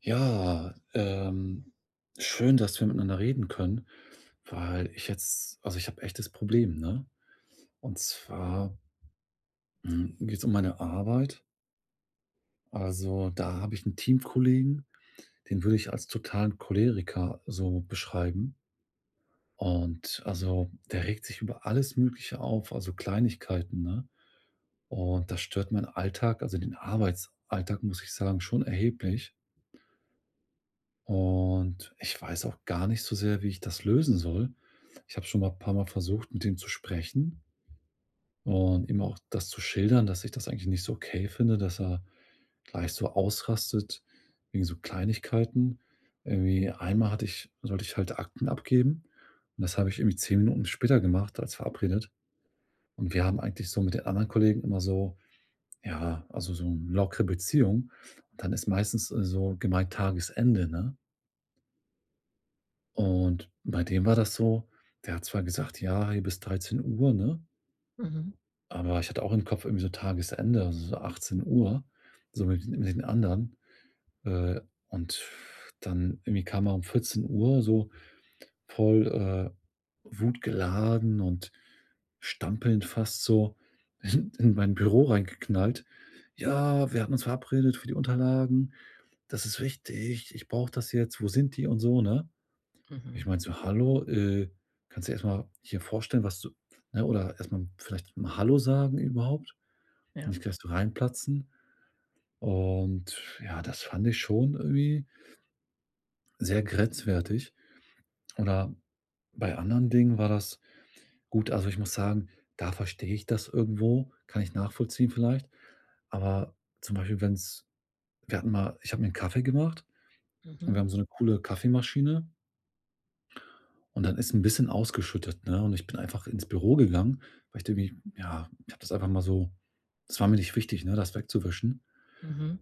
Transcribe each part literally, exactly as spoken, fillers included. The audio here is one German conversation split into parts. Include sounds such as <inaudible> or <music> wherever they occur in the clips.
Ja, ähm, schön, dass wir miteinander reden können, weil ich jetzt also, ich habe echt das Problem, ne? Und zwar, hm, geht's um meine Arbeit. Also, da habe ich einen Teamkollegen, den würde ich als totalen Choleriker so beschreiben. Und, also, der regt sich über alles Mögliche auf, also, Kleinigkeiten, ne? Und das stört meinen Alltag, also, den Arbeitsalltag, muss ich sagen, schon erheblich. Und ich weiß auch gar nicht so sehr, wie ich das lösen soll. Ich habe schon mal ein paar Mal versucht, mit ihm zu sprechen und ihm auch das zu schildern, dass ich das eigentlich nicht so okay finde, dass er gleich so ausrastet wegen so Kleinigkeiten. Irgendwie einmal hatte ich sollte ich halt Akten abgeben und das habe ich irgendwie zehn Minuten später gemacht als verabredet. Und wir haben eigentlich so mit den anderen Kollegen immer so ja, also so 'ne lockere Beziehung. Und dann ist meistens, äh, so gemeint Tagesende, ne? Und bei dem war das so, der hat zwar gesagt: „Ja, hier bis dreizehn Uhr ne? Mhm, Aber ich hatte auch im Kopf irgendwie so Tagesende, also so achtzehn Uhr, so mit den mit den anderen. Äh, und dann irgendwie kam er um vierzehn Uhr so voll, äh, wutgeladen und stampelnd fast so in in mein Büro reingeknallt: „Ja, wir hatten uns verabredet für die Unterlagen. Das ist wichtig. Ich brauche das jetzt. Wo sind die?“ und so, ne? mhm, Ich meinte so: „Hallo, äh, kannst du dir erst mal hier vorstellen, was du“ ne, oder erst mal vielleicht mal hallo sagen überhaupt? ja, Nicht, gleich so reinplatzen. Und ja, das fand ich schon irgendwie sehr grenzwertig. Oder bei anderen Dingen war das gut. Also ich muss sagen, da verstehe ich das irgendwo, kann ich nachvollziehen vielleicht. Aber zum Beispiel, wenn es, wir hatten mal, ich habe mir einen Kaffee gemacht und wir haben mhm, so eine coole Kaffeemaschine und dann ist ein bisschen ausgeschüttet, ne? Und ich bin einfach ins Büro gegangen, weil ich irgendwie, ja, ich habe das einfach mal so, das war mir nicht wichtig, ne, das wegzuwischen. mhm.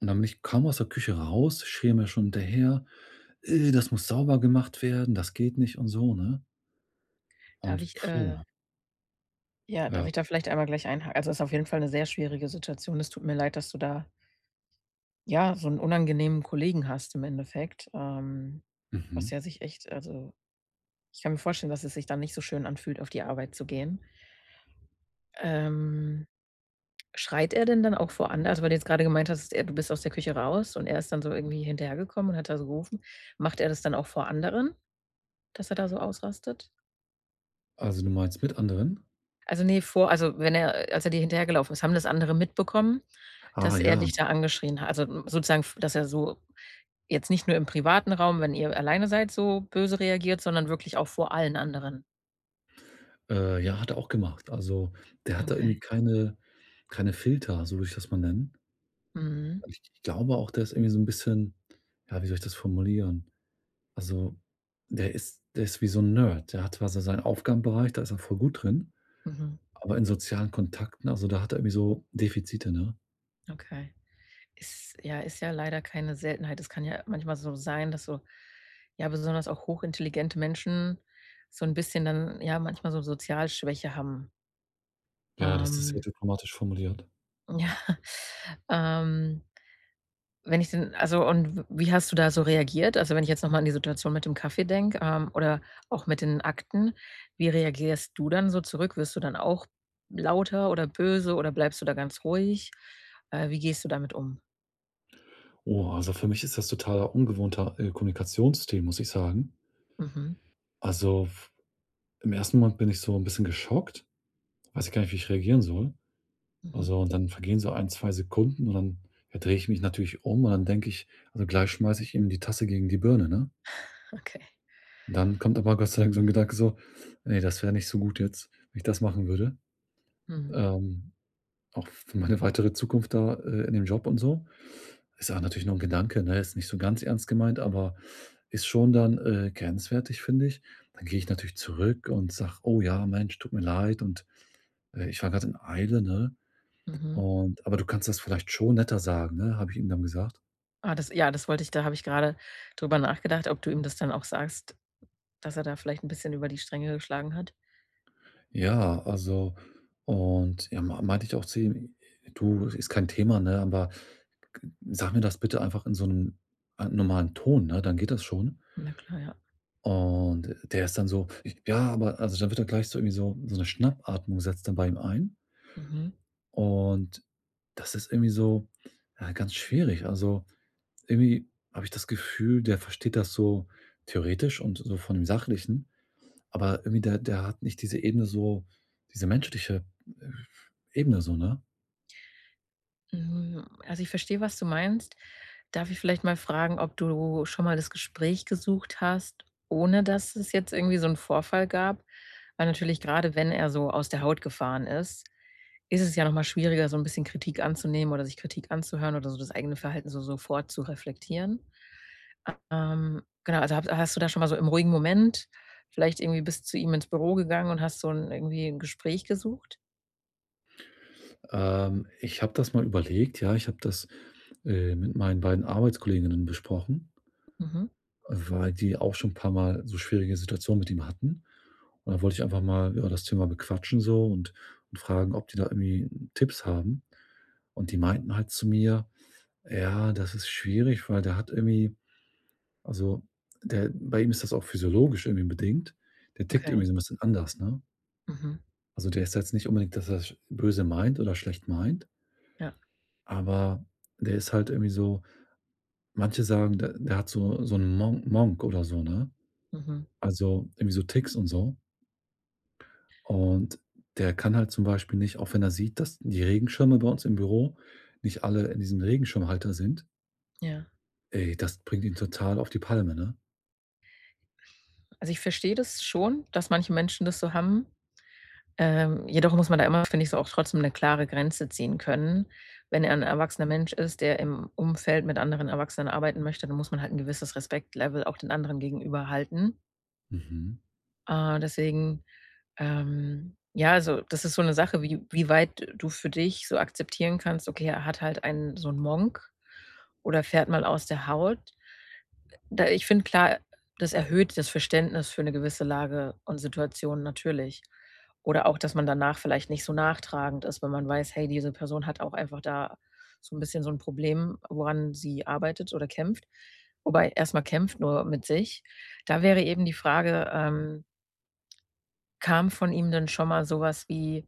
Und dann bin ich kaum aus der Küche raus, schrie mir schon hinterher, Äh, das muss sauber gemacht werden, das geht nicht und so, ne? Darf Und ich, puh, äh ja, darf ja, ich da vielleicht einmal gleich einha also, es ist auf jeden Fall eine sehr schwierige Situation. Es tut mir leid, dass du da, ja, so einen unangenehmen Kollegen hast im Endeffekt. Ähm, was mhm. ja sich echt also, ich kann mir vorstellen, dass es sich dann nicht so schön anfühlt, auf die Arbeit zu gehen. Ähm, Schreit er denn dann auch vor anderen? Also, weil du jetzt gerade gemeint hast, er du bist aus der Küche raus und er ist dann so irgendwie hinterhergekommen und hat da so gerufen. Macht er das dann auch vor anderen, dass er da so ausrastet? Also, du meinst mit anderen? Also, ne, vor also, wenn er als er dir hinterhergelaufen ist, haben das andere mitbekommen, Ah dass er ja, dich da angeschrien hat? Also, hm, sozusagen, f dass er so jetzt nicht nur im privaten Raum, wenn ihr alleine seid, so böse reagiert, sondern wirklich auch vor allen anderen? äh, ja, hat er auch gemacht. Also, der hat da irgendwie Okay. keine keine Filter, so würde ich das mal nennen. Mhm. Ich ich glaube auch, der ist irgendwie so ein bisschen ja, wie soll ich das formulieren? Also, der ist der ist wie so ein Nerd. Der hat zwar so seinen Aufgabenbereich, da ist er voll gut drin, Mhm. aber in sozialen Kontakten, also, da hat er irgendwie so Defizite, ne? Okay. Ist ja ist ja leider keine Seltenheit. Es kann ja manchmal so sein, dass so ja, besonders auch hochintelligente Menschen so ein bisschen dann ja manchmal so Sozialschwäche haben. Ja, das ist sehr Ähm, diplomatisch formuliert. <laughs> ja, ähm Wenn ich denn also und wie hast du da so reagiert? Also, wenn ich jetzt noch mal an die Situation mit dem Kaffee denke, ähm, oder auch mit den Akten, wie reagierst du dann so zurück? Wirst du dann auch lauter oder böse oder bleibst du da ganz ruhig? Äh, wie gehst du damit um? Oh, also für mich ist das totaler ungewohnter, äh, Kommunikationsstil, muss ich sagen. Mhm, Also, f im ersten Moment bin ich so ein bisschen geschockt, weiß ich gar nicht, wie ich reagieren soll. mhm, Also, und dann vergehen so ein, zwei Sekunden und dann, ja, drehe ich mich natürlich um und dann denke ich also gleich schmeiße ich ihm die Tasse gegen die Birne, ne? okay. Dann kommt aber Gott sei Dank so ein Gedanke so: nee, das wäre nicht so gut jetzt, wenn ich das machen würde.“ Mhm, Ähm, Auch für meine weitere Zukunft da, äh, in dem Job und so. Ist auch natürlich nur ein Gedanke, ne? Ist nicht so ganz ernst gemeint, aber ist schon dann, äh, grenzwertig, finde ich. Dann gehe ich natürlich zurück und sage: „Oh ja, Mensch, tut mir leid und, äh, ich war gerade in Eile, ne? mhm. Und aber du kannst das vielleicht schon netter sagen“, ne, habe ich ihm dann gesagt. Ah, das ja, das wollte ich da habe ich gerade drüber nachgedacht, ob du ihm das dann auch sagst, dass er da vielleicht ein bisschen über die Stränge geschlagen hat. Ja, also und ja, mei meinte ich auch zu ihm: „Du, ist kein Thema, ne, aber sag mir das bitte einfach in so einem äh, normalen Ton, ne, dann geht das schon.“ Na klar, ja. Und der ist dann so: „Ja, aber“ also, dann wird er gleich so irgendwie so so eine Schnappatmung setzt dann bei ihm ein. Mhm. Und das ist irgendwie so, ja, ganz schwierig. Also, irgendwie habe ich das Gefühl, der versteht das so theoretisch und so von dem Sachlichen, aber irgendwie der der hat nicht diese Ebene so diese menschliche, äh, Ebene so, ne? Mhm, also, ich verstehe, was du meinst. Darf ich vielleicht mal fragen, ob du schon mal das Gespräch gesucht hast, ohne dass es jetzt irgendwie so 'n Vorfall gab? Weil natürlich gerade, wenn er so aus der Haut gefahren ist, ist es ja noch mal schwieriger, so ein bisschen Kritik anzunehmen oder sich Kritik anzuhören oder so das eigene Verhalten so sofort zu reflektieren. Ähm, genau, also, hab hast du da schon mal so im ruhigen Moment vielleicht irgendwie bis zu ihm ins Büro gegangen und hast so ein irgendwie 'n Gespräch gesucht? Ähm, ich habe das mal überlegt, ja, ich habe das, äh, mit meinen beiden Arbeitskolleginnen besprochen. Mhm, Weil die auch schon ein paar Mal so schwierige Situationen mit ihm hatten. Und dann wollte ich einfach mal, ja, das Thema bequatschen so und und fragen, ob die da irgendwie Tipps haben. Und die meinten halt zu mir: „Ja, das ist schwierig, weil der hat irgendwie also, der bei ihm ist das auch physiologisch irgendwie bedingt. Der tickt irgendwie okay. so ein bisschen anders, ne?“ Mhm. Also, der ist jetzt nicht unbedingt, dass er's böse meint oder schlecht meint, Ja. aber der ist halt irgendwie so manche sagen, der der hat so so einen Monk Monk oder so, ne? Mhm. Also, irgendwie so Ticks und so. Und der kann halt zum Beispiel nicht, auch wenn er sieht, dass die Regenschirme bei uns im Büro nicht alle in diesem Regenschirmhalter sind. Ja. Ey, das bringt ihn total auf die Palme, ne? Also, ich verstehe das schon, dass manche Menschen das so haben. Ähm, jedoch muss man da immer, finde ich, so auch trotzdem eine klare Grenze ziehen können. Wenn er ein erwachsener Mensch ist, der im Umfeld mit anderen Erwachsenen arbeiten möchte, dann muss man halt ein gewisses Respektlevel auch den anderen gegenüber halten. Mhm. Äh, deswegen, ähm ja, also, das ist so eine Sache, wie wie weit du für dich so akzeptieren kannst: „Okay, er hat halt einen so einen Monk oder fährt mal aus der Haut.“ Da ich finde, klar, das erhöht das Verständnis für eine gewisse Lage und Situation natürlich. Oder auch, dass man danach vielleicht nicht so nachtragend ist, wenn man weiß: „Hey, diese Person hat auch einfach da so ein bisschen so ein Problem, woran sie arbeitet oder kämpft.“ Wobei erstmal kämpft nur mit sich. Da wäre eben die Frage, ähm, kam von ihm denn schon mal sowas wie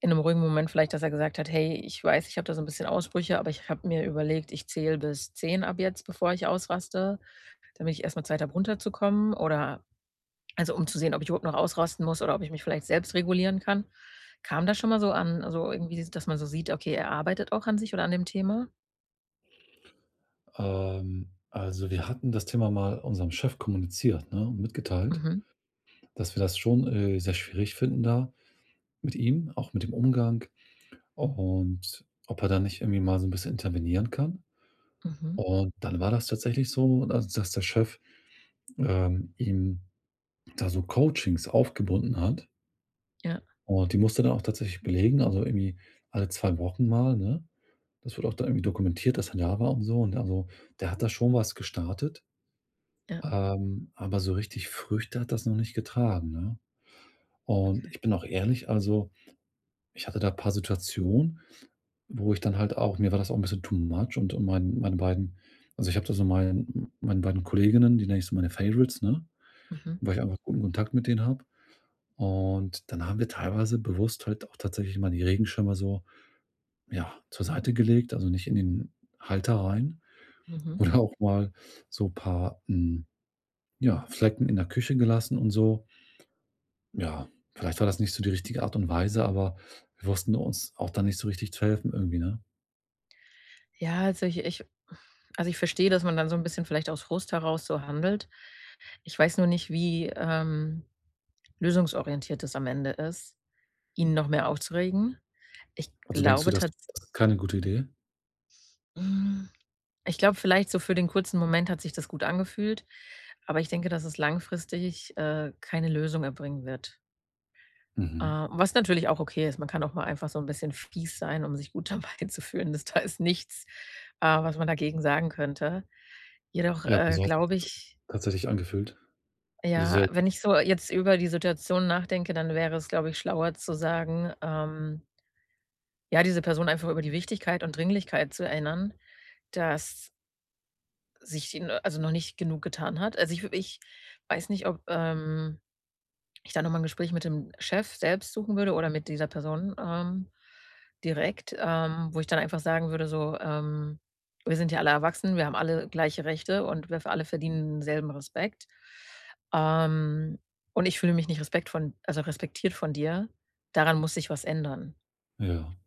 in einem ruhigen Moment vielleicht, dass er gesagt hat: „Hey, ich weiß, ich habe da so ein bisschen Ausbrüche, aber ich habe mir überlegt, ich zähle bis zehn ab jetzt, bevor ich ausraste. Damit ich erstmal mal Zeit habe, runterzukommen oder also, um zu sehen, ob ich überhaupt noch ausrasten muss oder ob ich mich vielleicht selbst regulieren kann. Kam das schon mal so an? Also, irgendwie, dass man so sieht, okay, er arbeitet auch an sich oder an dem Thema? Ähm, also wir hatten das Thema mal unserem Chef kommuniziert, ne, und mitgeteilt, Mhm, dass wir das schon, äh, sehr schwierig finden da mit ihm, auch mit dem Umgang und ob er da nicht irgendwie mal so ein bisschen intervenieren kann. mhm, Und dann war das tatsächlich so, also dass der Chef, ähm, ihm da so Coachings aufgebunden hat. ja, Und die musste dann auch tatsächlich belegen, also irgendwie alle zwei Wochen mal, ne? Das wird auch dann irgendwie dokumentiert, dass er da war und so und also, der hat da schon was gestartet, ja, ähm, aber so richtig Früchte hat das noch nicht getragen, ne? Und ich bin auch ehrlich, also, ich hatte da ein paar Situationen, wo ich dann halt auch mir war das auch ein bisschen too much und und mein meine beiden also, ich habe da so mein meine beiden Kolleginnen, die nenne ich so meine Favorites, ne, mhm, weil ich einfach guten Kontakt mit denen habe. Und dann haben wir teilweise bewusst halt auch tatsächlich mal die Regenschirme so ja, zur Seite gelegt, also nicht in den Halter rein mhm. oder Mhm. auch mal so paar, hm, ja, Flecken in der Küche gelassen und so. Ja, vielleicht war das nicht so die richtige Art und Weise, aber wir wussten uns auch dann nicht so richtig zu helfen irgendwie, ne? Ja, also, ich ich also, ich verstehe, dass man dann so ein bisschen vielleicht aus Frust heraus so handelt. Ich weiß nur nicht, wie, ähm, lösungsorientiert das am Ende ist, ihn noch mehr aufzuregen. Ich Also, denkst du, glaube das das ist keine gute Idee? tatsächlich. Ich glaube, vielleicht so für den kurzen Moment hat sich das gut angefühlt, aber ich denke, dass es langfristig, äh, keine Lösung erbringen wird. Äh, Mhm. Was natürlich auch okay ist. Man kann auch mal einfach so ein bisschen fies sein, um sich gut <laughs> dabei zu fühlen. Das da ist nichts, äh, was man dagegen sagen könnte. Jedoch, Ja, äh, so hat sich glaube das ich tatsächlich angefühlt. Also, ja, sehr wenn gut. ich so jetzt über die Situation nachdenke, dann wäre es, glaube ich, schlauer zu sagen, ähm, ja, diese Person einfach über die Wichtigkeit und Dringlichkeit zu erinnern, dass sich den äh, also noch nicht genug getan hat. Also, ich wü ich weiß nicht, ob, ähm, ich da noch mal 'n Gespräch mit dem Chef selbst suchen würde oder mit dieser Person, ähm, direkt, ähm, wo ich dann einfach sagen würde so, ähm: „Wir sind ja alle erwachsen, wir haben alle gleiche Rechte und wir alle verdienen denselben Respekt. Ähm, und ich fühle mich nicht Respekt von also respektiert von dir. Daran muss sich was ändern.“ Ja.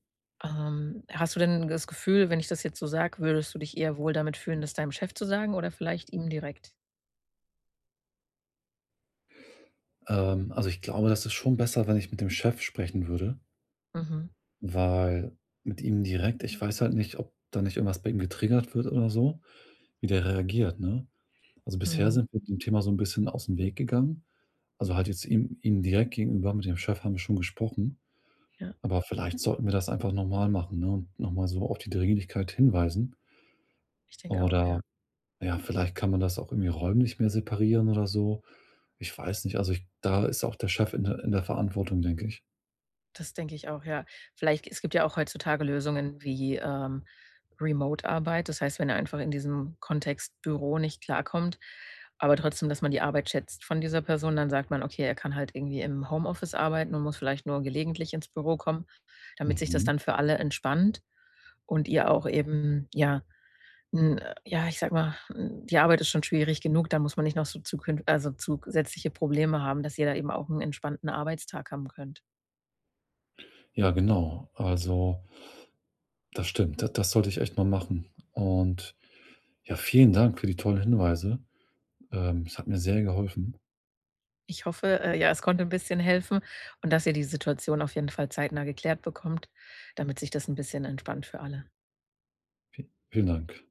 Ähm, hast du denn das Gefühl, wenn ich das jetzt so sage, würdest du dich eher wohl damit fühlen, das deinem Chef zu sagen oder vielleicht ihm direkt? Ähm, also, ich glaube, das ist schon besser, wenn ich mit dem Chef sprechen würde, Mhm, weil mit ihm direkt ich weiß halt nicht, ob da nicht irgendwas bei ihm getriggert wird oder so, wie der reagiert, ne? Also, bisher mhm. sind wir dem Thema so ein bisschen aus dem Weg gegangen. Also, halt jetzt ihm ihm direkt gegenüber, mit dem Chef haben wir schon gesprochen, Ja, aber vielleicht sollten wir das einfach nochmal machen, ne, und nochmal so auf die Dringlichkeit hinweisen. ich denke auch, ja. Oder, ja, vielleicht kann man das auch irgendwie räumlich mehr separieren oder so. Ich weiß nicht. Also, ich da ist auch der Chef in der in der Verantwortung, denke ich. Das denke ich auch, ja. Vielleicht es gibt ja auch heutzutage Lösungen wie, ähm, Remote-Arbeit. Das heißt, wenn er einfach in diesem Kontext Büro nicht klarkommt, aber trotzdem, dass man die Arbeit schätzt von dieser Person, dann sagt man: „Okay, er kann halt irgendwie im Homeoffice arbeiten und muss vielleicht nur gelegentlich ins Büro kommen“, damit sich das Mhm. dann für alle entspannt und ihr auch eben, ja, hm, äh, ja, ich sag mal, hm, die Arbeit ist schon schwierig genug. Da muss man nicht noch so zukün also, zusätzliche Probleme haben, dass jeder eben auch einen entspannten Arbeitstag haben könnt. Ja, genau. Also, das stimmt. Da Das sollte ich echt mal machen. Und, ja, vielen Dank für die tollen Hinweise. Ähm, es hat mir sehr geholfen. Ich hoffe, äh, ja, es konnte ein bisschen helfen und dass ihr die Situation auf jeden Fall zeitnah geklärt bekommt, damit sich das ein bisschen entspannt für alle. Vielen Dank.